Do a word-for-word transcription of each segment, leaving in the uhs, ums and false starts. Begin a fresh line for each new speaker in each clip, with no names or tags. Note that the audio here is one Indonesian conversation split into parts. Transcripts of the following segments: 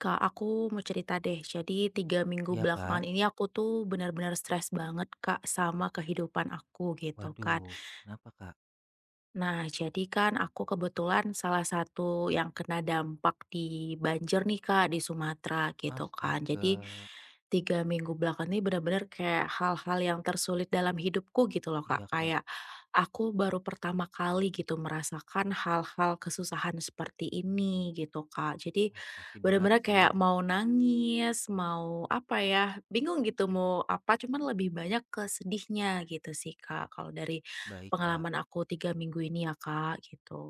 Kak, aku mau cerita deh. Jadi tiga minggu
Iya,
belakangan
Kak.
ini aku tuh benar-benar stres banget Kak sama kehidupan aku gitu kan.
Waduh, kenapa, Kak?
Nah, jadi kan aku kebetulan salah satu yang kena dampak di banjir nih Kak, di Sumatera gitu kan. Jadi
Astaga.
tiga minggu belakang ini benar-benar kayak hal-hal yang tersulit dalam hidupku gitu loh
Iya,
Kak.
Kak.
Kayak aku baru pertama kali gitu merasakan hal-hal kesusahan seperti ini gitu Kak. Jadi
Wah, pasti berat
benar-benar
sih.
kayak mau nangis, mau apa ya, bingung gitu mau apa, cuman lebih banyak ke sedihnya gitu sih Kak kalau dari
Baik, Kak.
pengalaman aku tiga minggu ini ya, Kak, gitu.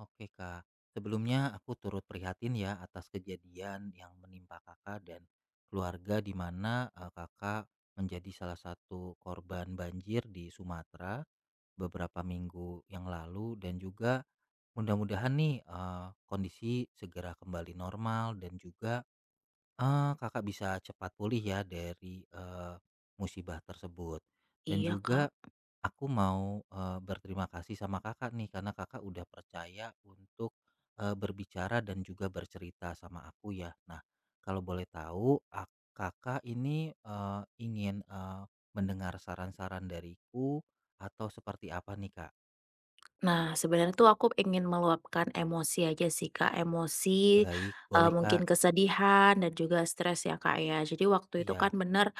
Oke, Kak. Sebelumnya aku turut prihatin ya atas kejadian yang menimpa Kakak dan keluarga di mana eh, Kakak menjadi salah satu korban banjir di Sumatera beberapa minggu yang lalu, dan juga mudah-mudahan nih eh, kondisi segera kembali normal, dan juga Eee, Kakak bisa cepat pulih ya dari, eee, musibah tersebut, dan
Iya,
juga
Kak.
aku mau, eee, berterima kasih sama Kakak nih karena Kakak udah percaya untuk, eee, berbicara dan juga bercerita sama aku ya. Nah, kalau boleh tahu ak Kakak ini, eee, ingin, eee, mendengar saran-saran dariku atau seperti apa nih, Kak?
Nah, sebenarnya tuh aku ingin meluapkan emosi aja sih, Kak. Emosi,
Baik, boleh,
eee,
Kak?
mungkin kesedihan dan juga stres ya, Kak, ya. Jadi waktu itu kan
Iya.
bener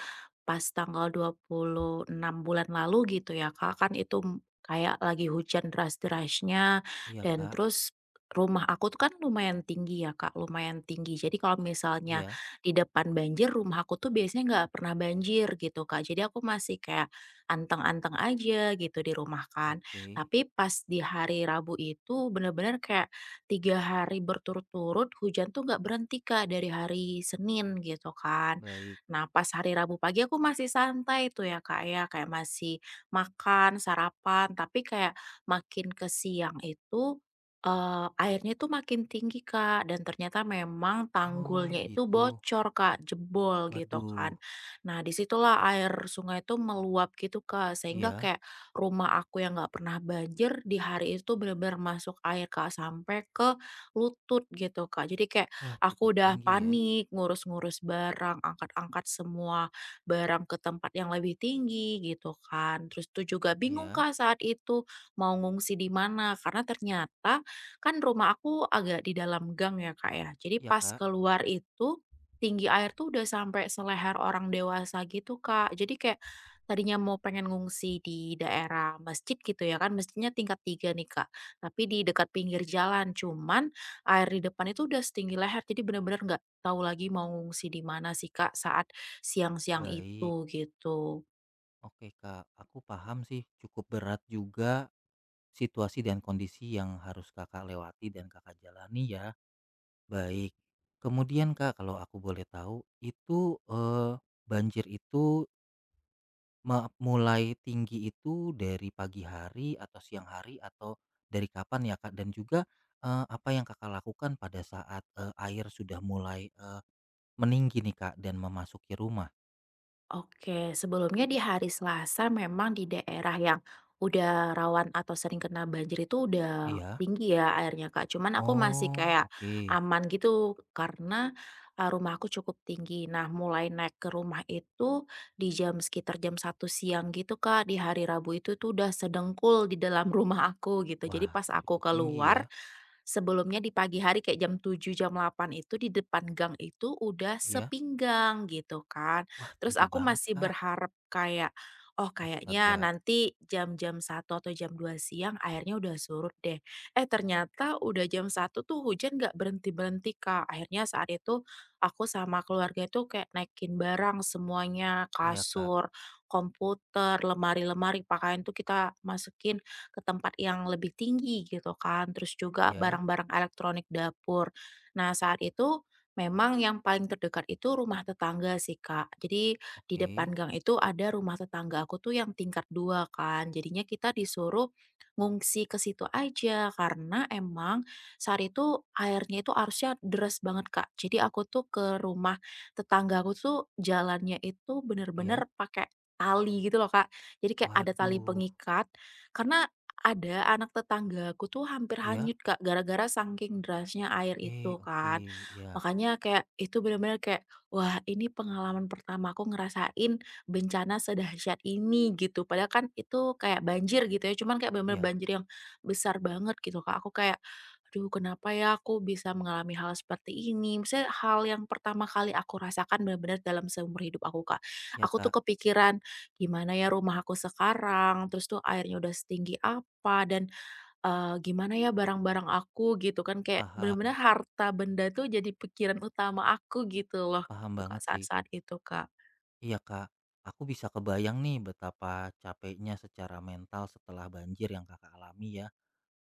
pas tanggal dua puluh enam bulan lalu gitu ya, Kak, kan itu m kayak lagi hujan deras-derasnya
Iya,
dan
Kak.
terus rumah aku tuh kan lumayan tinggi ya, Kak, lumayan tinggi. Jadi kalau misalnya
Iya.
di depan banjir, rumah aku tuh biasanya nggak pernah banjir gitu, Kak. Jadi aku masih kayak anteng-anteng aja gitu di rumah kan.
Oke.
Tapi pas di hari Rabu itu bener-bener kayak tiga hari berturut-turut hujan tuh nggak berhenti, Kak, dari hari Senin gitu kan.
Baik.
Nah, pas hari Rabu pagi aku masih santai tuh ya, Kak, ya, kayak masih makan, sarapan, tapi kayak makin ke siang itu, eee, airnya itu makin tinggi, Kak, dan ternyata memang
Oh,
tanggulnya itu
gitu.
bocor, Kak, jebol gitu kan.
Waduh,
Nah, disitulah air sungai itu meluap gitu, Kak, sehingga
iya.
kayak rumah aku yang nggak pernah banjir di hari itu bener-bener masuk air, Kak, sampai ke lutut gitu, Kak. Jadi kayak
Wah, cukup
aku udah
tinggi ya.
panik ngurus-ngurus barang, angkat-angkat semua barang ke tempat yang lebih tinggi gitu kan. Terus tuh juga bingung
Iya.
Kak saat itu mau ngungsi di mana karena ternyata kan rumah aku agak di dalam gang ya Kak ya. Jadi
Iya,
pas
Kak.
keluar itu tinggi air tuh udah sampai seleher orang dewasa gitu Kak. Jadi kayak tadinya mau pengen ngungsi di daerah masjid gitu ya kan masjidnya tingkat tiga nih Kak tapi di dekat pinggir jalan cuman air di depan itu udah setinggi leher, jadi benar-benar nggak tahu lagi mau ngungsi di mana sih, Kak, saat siang-siang
Baik.
itu, gitu.
Oke, Kak. Aku paham sih cukup berat juga situasi dan kondisi yang harus Kakak lewati dan Kakak jalani ya. Baik. Kemudian, Kak, kalau aku boleh tahu, itu eh, banjir itu me- mulai tinggi itu dari pagi hari atau siang hari atau dari kapan ya, Kak? Dan juga eh, apa yang Kakak lakukan pada saat eh, air sudah mulai eh, meninggi nih, Kak, dan memasuki rumah?
Oke, sebelumnya di hari Selasa memang di daerah yang udah rawan atau sering kena banjir itu udah
Iya?
tinggi ya airnya, Kak. Cuman aku masih
Oh,
kayak
oke.
aman gitu karena, eee, rumah aku cukup tinggi. Nah, mulai naik ke rumah itu di jam sekitar jam satu siang gitu, Kak, di hari Rabu itu tuh udah sedengkul di dalam rumah aku gitu. Jadi
Wah,
pas aku
cukup tinggi ya?
keluar, sebelumnya di pagi hari kayak jam tujuh jam delapan itu di depan gang itu udah
Iya.
sepinggang gitu kan.
Wah,
Terus
tinggi
aku
banget,
masih
Kak.
berharap kayak, oh kayaknya
Astaga.
nanti jam-jam satu atau jam dua siang airnya udah surut deh. Eh ternyata udah jam satu tuh hujan nggak berhenti-berhenti Kak. Akhirnya saat itu aku sama keluarga itu kayak naikin barang semuanya,
Iya, Kak.
kasur, komputer, lemari-lemari pakaian tuh kita masukin ke tempat yang lebih tinggi gitu kan, terus juga
Ya.
barang-barang elektronik dapur. Nah, saat itu memang yang paling terdekat itu rumah tetangga sih, Kak. Jadi di depan
Oke.
gang itu ada rumah tetangga aku tuh yang tingkat dua kan. Jadinya kita disuruh ngungsi ke situ aja karena emang saat itu airnya itu arusnya deras banget, Kak. Jadi aku tuh ke rumah tetangga aku tuh jalannya itu
Iya.
bener-bener pakai tali gitu loh, Kak. Jadi kayak ada tali
Waduh.
pengikat karena ada, anak tetanggaku tuh hampir
Iya.
hanyut, Kak, gara-gara saking derasnya air
Oke,
itu
oke.
kan.
Iya.
Makanya kayak itu benar-benar kayak, wah ini pengalaman pertama aku ngerasain bencana sedahsyat ini gitu. Padahal kan itu kayak banjir gitu ya, cuman kayak benar-benar
Iya.
banjir yang besar banget gitu, Kak. Aku kayak, aduh kenapa ya aku bisa mengalami hal seperti ini. Maksudnya hal yang pertama kali aku rasakan benar-benar dalam seumur hidup aku, Kak.
Iya,
Aku
Kak.
tuh kepikiran gimana ya rumah aku sekarang, terus tuh airnya udah setinggi apa, dan, eee, gimana ya barang-barang aku gitu kan, kayak
Paham.
bener-bener harta benda tuh jadi pikiran utama aku gitu loh,
Paham
gitu, Kak,
banget sih.
saat-saat itu, Kak.
Iya, Kak. Aku bisa kebayang nih betapa capeknya secara mental setelah banjir yang Kakak alami ya.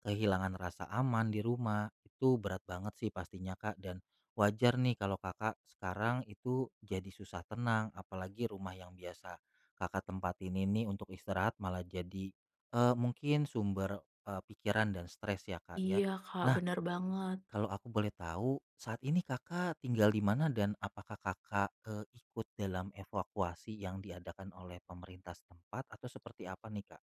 Kehilangan rasa aman di rumah, itu berat banget sih pastinya Kak, dan wajar nih kalau Kakak sekarang itu jadi susah tenang, apalagi rumah yang biasa Kakak tempatin ini untuk istirahat malah jadi, eee, mungkin sumber, eee, pikiran dan stres ya Kak ya.
Iya, Kak,
Nah,
bener banget.
kalau aku boleh tahu, saat ini Kakak tinggal di mana dan apakah Kakak, eee, ikut dalam evakuasi yang diadakan oleh pemerintah setempat atau seperti apa nih Kak?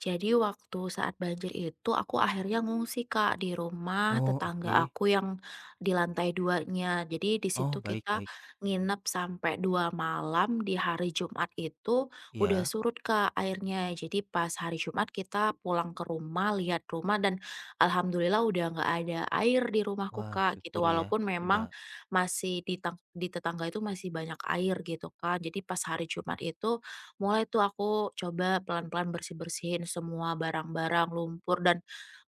Jadi waktu saat banjir itu aku akhirnya ngungsi Kak di rumah
Oh,
tetangga
oke.
aku yang di lantai duanya. Jadi di
Oh,
situ
baik
kita
baik,
nginep sampai dua malam di hari Jumat itu udah
iya.
surut Kak airnya. Jadi pas hari Jumat kita pulang ke rumah, lihat rumah dan alhamdulillah udah nggak ada air di rumahku
Wah,
Kak gitu.
syukur ya
Walaupun
sudah
memang masih di tang- di tetangga itu masih banyak air gitu Kak. Jadi pas hari Jumat itu mulai tuh aku coba pelan-pelan bersih-bersihin semua barang-barang, lumpur, dan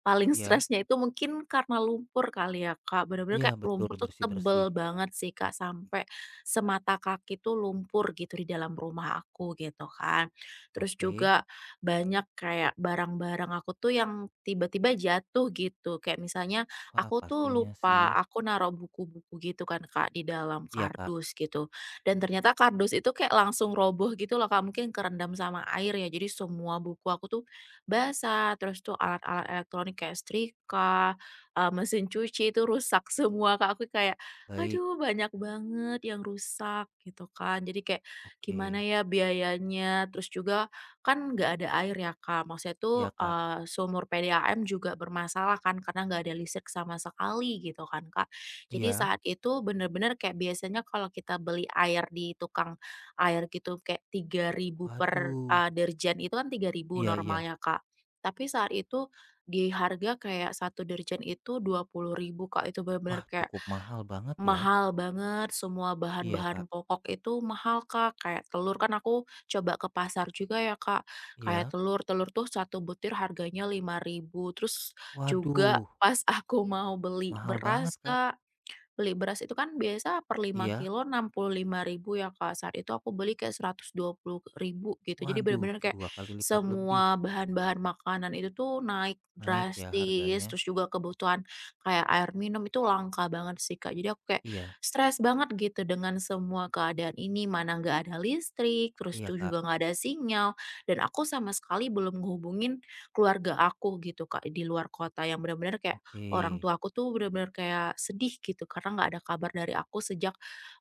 paling
iya,
stresnya itu mungkin karena lumpur kali ya, Kak, bener-bener
iya,
kayak
betul,
lumpur tuh
bersih-bersih.
tebel banget sih, Kak, sampai semata kaki tuh lumpur gitu di dalam rumah aku gitu kan. Terus
Oke.
juga banyak kayak barang-barang aku tuh yang tiba-tiba jatuh gitu, kayak misalnya
Wah,
aku tuh
pastinya sih.
lupa aku naruh buku-buku gitu kan, Kak, di dalam
Iya, Kak.
kardus gitu dan ternyata kardus itu kayak langsung roboh gitu loh, Kak, mungkin kerendam sama air ya, jadi semua buku aku tuh basah, terus tuh alat-alat elektronik kayak setrika, eee, mesin cuci itu rusak semua, Kak. Aku kayak,
Baik.
aduh banyak banget yang rusak gitu kan. Jadi kayak gimana
Oke.
ya biayanya, terus juga kan nggak ada air ya, Kak. Maksudnya tuh,
Iya, Kak.
eee, sumur P D A M juga bermasalah kan karena nggak ada listrik sama sekali gitu kan, Kak. Jadi
Iya.
saat itu bener-bener kayak biasanya kalau kita beli air di tukang air gitu kayak tiga ribu per,
Waduh.
eee, deterjen itu kan tiga ribu
Iya, iya.
normalnya, Kak. Tapi saat itu di harga kayak satu dirjen itu dua puluh ribu Kak, itu
Wah,
bener-bener kayak
cukup mahal banget ya.
mahal banget, semua
Iya,
bahan-bahan
Kak.
pokok itu mahal Kak, kayak telur kan aku coba ke pasar juga ya Kak, kayak
Iya.
telur, telur tuh satu butir harganya lima ribu terus juga
Waduh,
pas aku mau beli
mahal banget,
beras
Kak.
Kak. Beli beras itu kan biasa per lima
Iya.
kilo enam puluh lima ribu ya, Kak. Saat itu aku beli kayak seratus dua puluh ribu gitu. Jadi
Waduh,
bener-bener kayak
dua kali lipat lebih
semua bahan-bahan makanan itu tuh naik
naik ya
drastis,
harganya.
terus juga kebutuhan kayak air minum itu langka banget sih, Kak. Jadi aku kayak
Iya.
stres banget gitu dengan semua keadaan ini, mana nggak ada listrik, terus
Iya,
tuh
Kak.
juga nggak ada sinyal, dan aku sama sekali belum ngehubungin keluarga aku gitu, Kak, di luar kota yang benar-benar kayak
Oke.
orang tua aku tuh bener-bener kayak sedih gitu karena nggak ada kabar dari aku sejak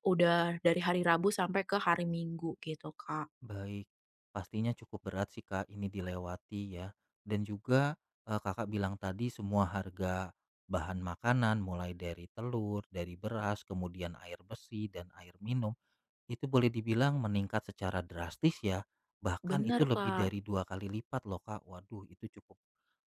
udah dari hari Rabu sampai ke hari Minggu gitu, Kak.
Baik, pastinya cukup berat sih Kak ini dilewati ya. Dan juga eh, Kakak bilang tadi semua harga bahan makanan mulai dari telur, dari beras, kemudian air besi dan air minum itu boleh dibilang meningkat secara drastis ya. Bahkan itu
Bener,
lebih
Kak.
dari dua kali lipat loh Kak. Waduh, itu cukup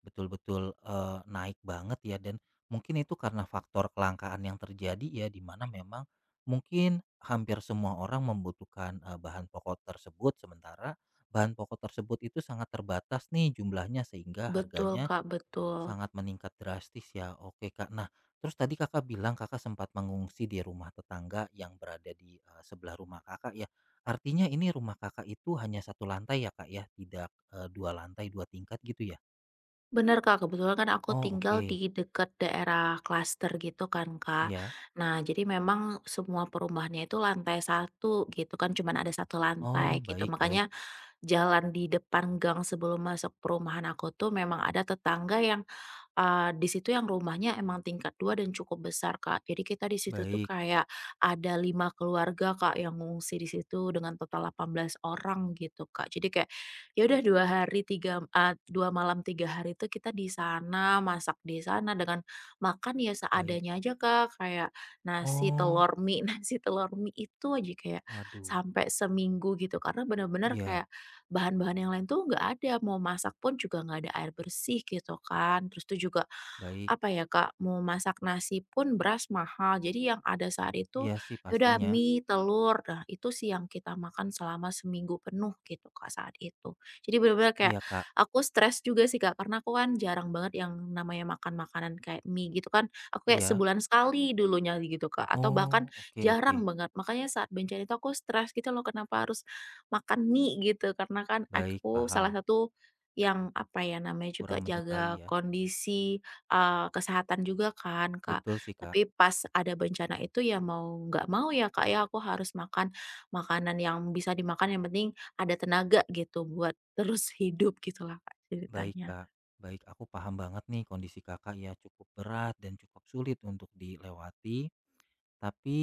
betul-betul, eee, naik banget ya, dan mungkin itu karena faktor kelangkaan yang terjadi ya, di mana memang mungkin hampir semua orang membutuhkan, eee, bahan pokok tersebut, sementara bahan pokok tersebut itu sangat terbatas nih jumlahnya sehingga
Betul,
harganya
Kak, betul.
sangat meningkat drastis ya. Oke, Kak. Nah, terus tadi Kakak bilang Kakak sempat mengungsi di rumah tetangga yang berada di, eee, sebelah rumah Kakak ya. Artinya ini rumah Kakak itu hanya satu lantai ya, Kak, ya? Tidak, eee, dua lantai, dua tingkat gitu ya?
Bener, Kak, kebetulan kan aku
Oh,
tinggal
oke.
di dekat daerah klaster gitu kan, Kak.
Iya.
Nah, jadi memang semua perumahannya itu lantai satu gitu kan, cuman ada satu lantai
Oh,
gitu.
baik, baik,
Makanya jalan di depan gang sebelum masuk perumahan aku tuh memang ada tetangga yang Eee, di situ yang rumahnya emang tingkat dua dan cukup besar, Kak. Jadi kita di situ tuh
baik,
kayak ada lima keluarga, Kak, yang ngungsi di situ dengan total delapan belas orang gitu, Kak. Jadi kayak ya udah 2 hari tiga eee, dua malam tiga hari itu kita di sana, masak di sana dengan makan ya
baik.
seadanya aja, Kak, kayak nasi
Oh,
telur mie nasi telur mie itu aja kayak
waduh.
sampai seminggu gitu, karena bener-bener
Iya,
kayak bahan-bahan yang lain tuh nggak ada, mau masak pun juga nggak ada air bersih gitu kan. Terus itu juga
baik.
apa ya Kak, mau masak nasi pun beras mahal. Jadi yang ada saat itu,
Iya sih
ya udah
pastinya.
mie, telur, nah itu sih yang kita makan selama seminggu penuh gitu Kak saat itu. Jadi benar-benar kayak
Iya, Kak.
aku stres juga sih Kak, karena aku kan jarang banget yang namanya makan makanan kayak mie gitu kan. Aku kayak
Iya.
sebulan sekali dulunya gitu Kak, atau bahkan
Oh, oke, oke.
jarang banget. Makanya saat bencana itu aku stres gitu loh, kenapa harus makan mie gitu, karena kan
Baik,
aku salah
paham.
satu yang, apa ya namanya juga,
Kurang menyukai
jaga
ya.
kondisi, eee, kesehatan juga kan, Kak.
Betul sih, Kak.
Tapi pas ada bencana itu ya mau nggak mau ya, Kak, ya, aku harus makan makanan yang bisa dimakan, yang penting ada tenaga gitu buat terus hidup gitulah, Kak,
Baik,
ceritanya.
Kak. Baik, aku paham banget nih kondisi Kakak ya cukup berat dan cukup sulit untuk dilewati. Tapi,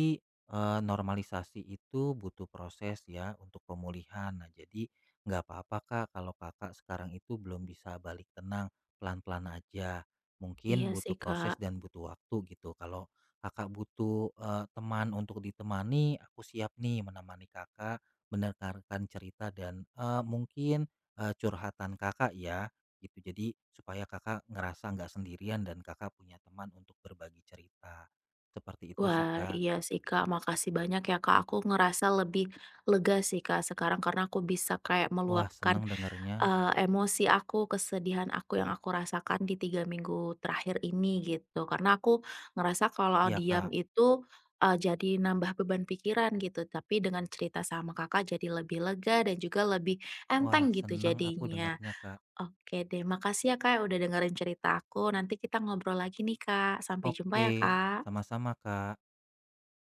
eee, normalisasi itu butuh proses ya untuk pemulihan. Nah, jadi nggak apa-apa, Kak, kalau Kakak sekarang itu belum bisa balik tenang, pelan-pelan aja. Mungkin
Iya sih,
butuh
Kak.
proses dan butuh waktu gitu. Kalau Kakak butuh, eee, teman untuk ditemani, aku siap nih menemani Kakak, mendengarkan cerita dan, eee, mungkin, eee, curhatan Kakak ya, gitu. Jadi supaya Kakak ngerasa nggak sendirian dan Kakak punya teman untuk berbagi cerita. Seperti itu sih,
Wah,
Kak.
iya sih, Kak, makasih banyak ya, Kak, aku ngerasa lebih lega sih, Kak, sekarang karena aku bisa kayak
Wah,
meluapkan
seneng dengernya.
Eee, emosi aku, kesedihan aku yang aku rasakan di tiga minggu terakhir ini gitu. Karena aku ngerasa kalau
Iya,
diam
Kak.
itu, eee, jadi nambah beban pikiran gitu, tapi dengan cerita sama Kakak jadi lebih lega dan juga lebih
Wah,
enteng gitu
seneng aku
jadinya.
dengernya, Kak.
Oke deh, makasih ya Kak, udah dengerin cerita aku, nanti kita ngobrol lagi nih Kak. Sampai jumpa
Oke,
ya Kak.
sama-sama, Kak.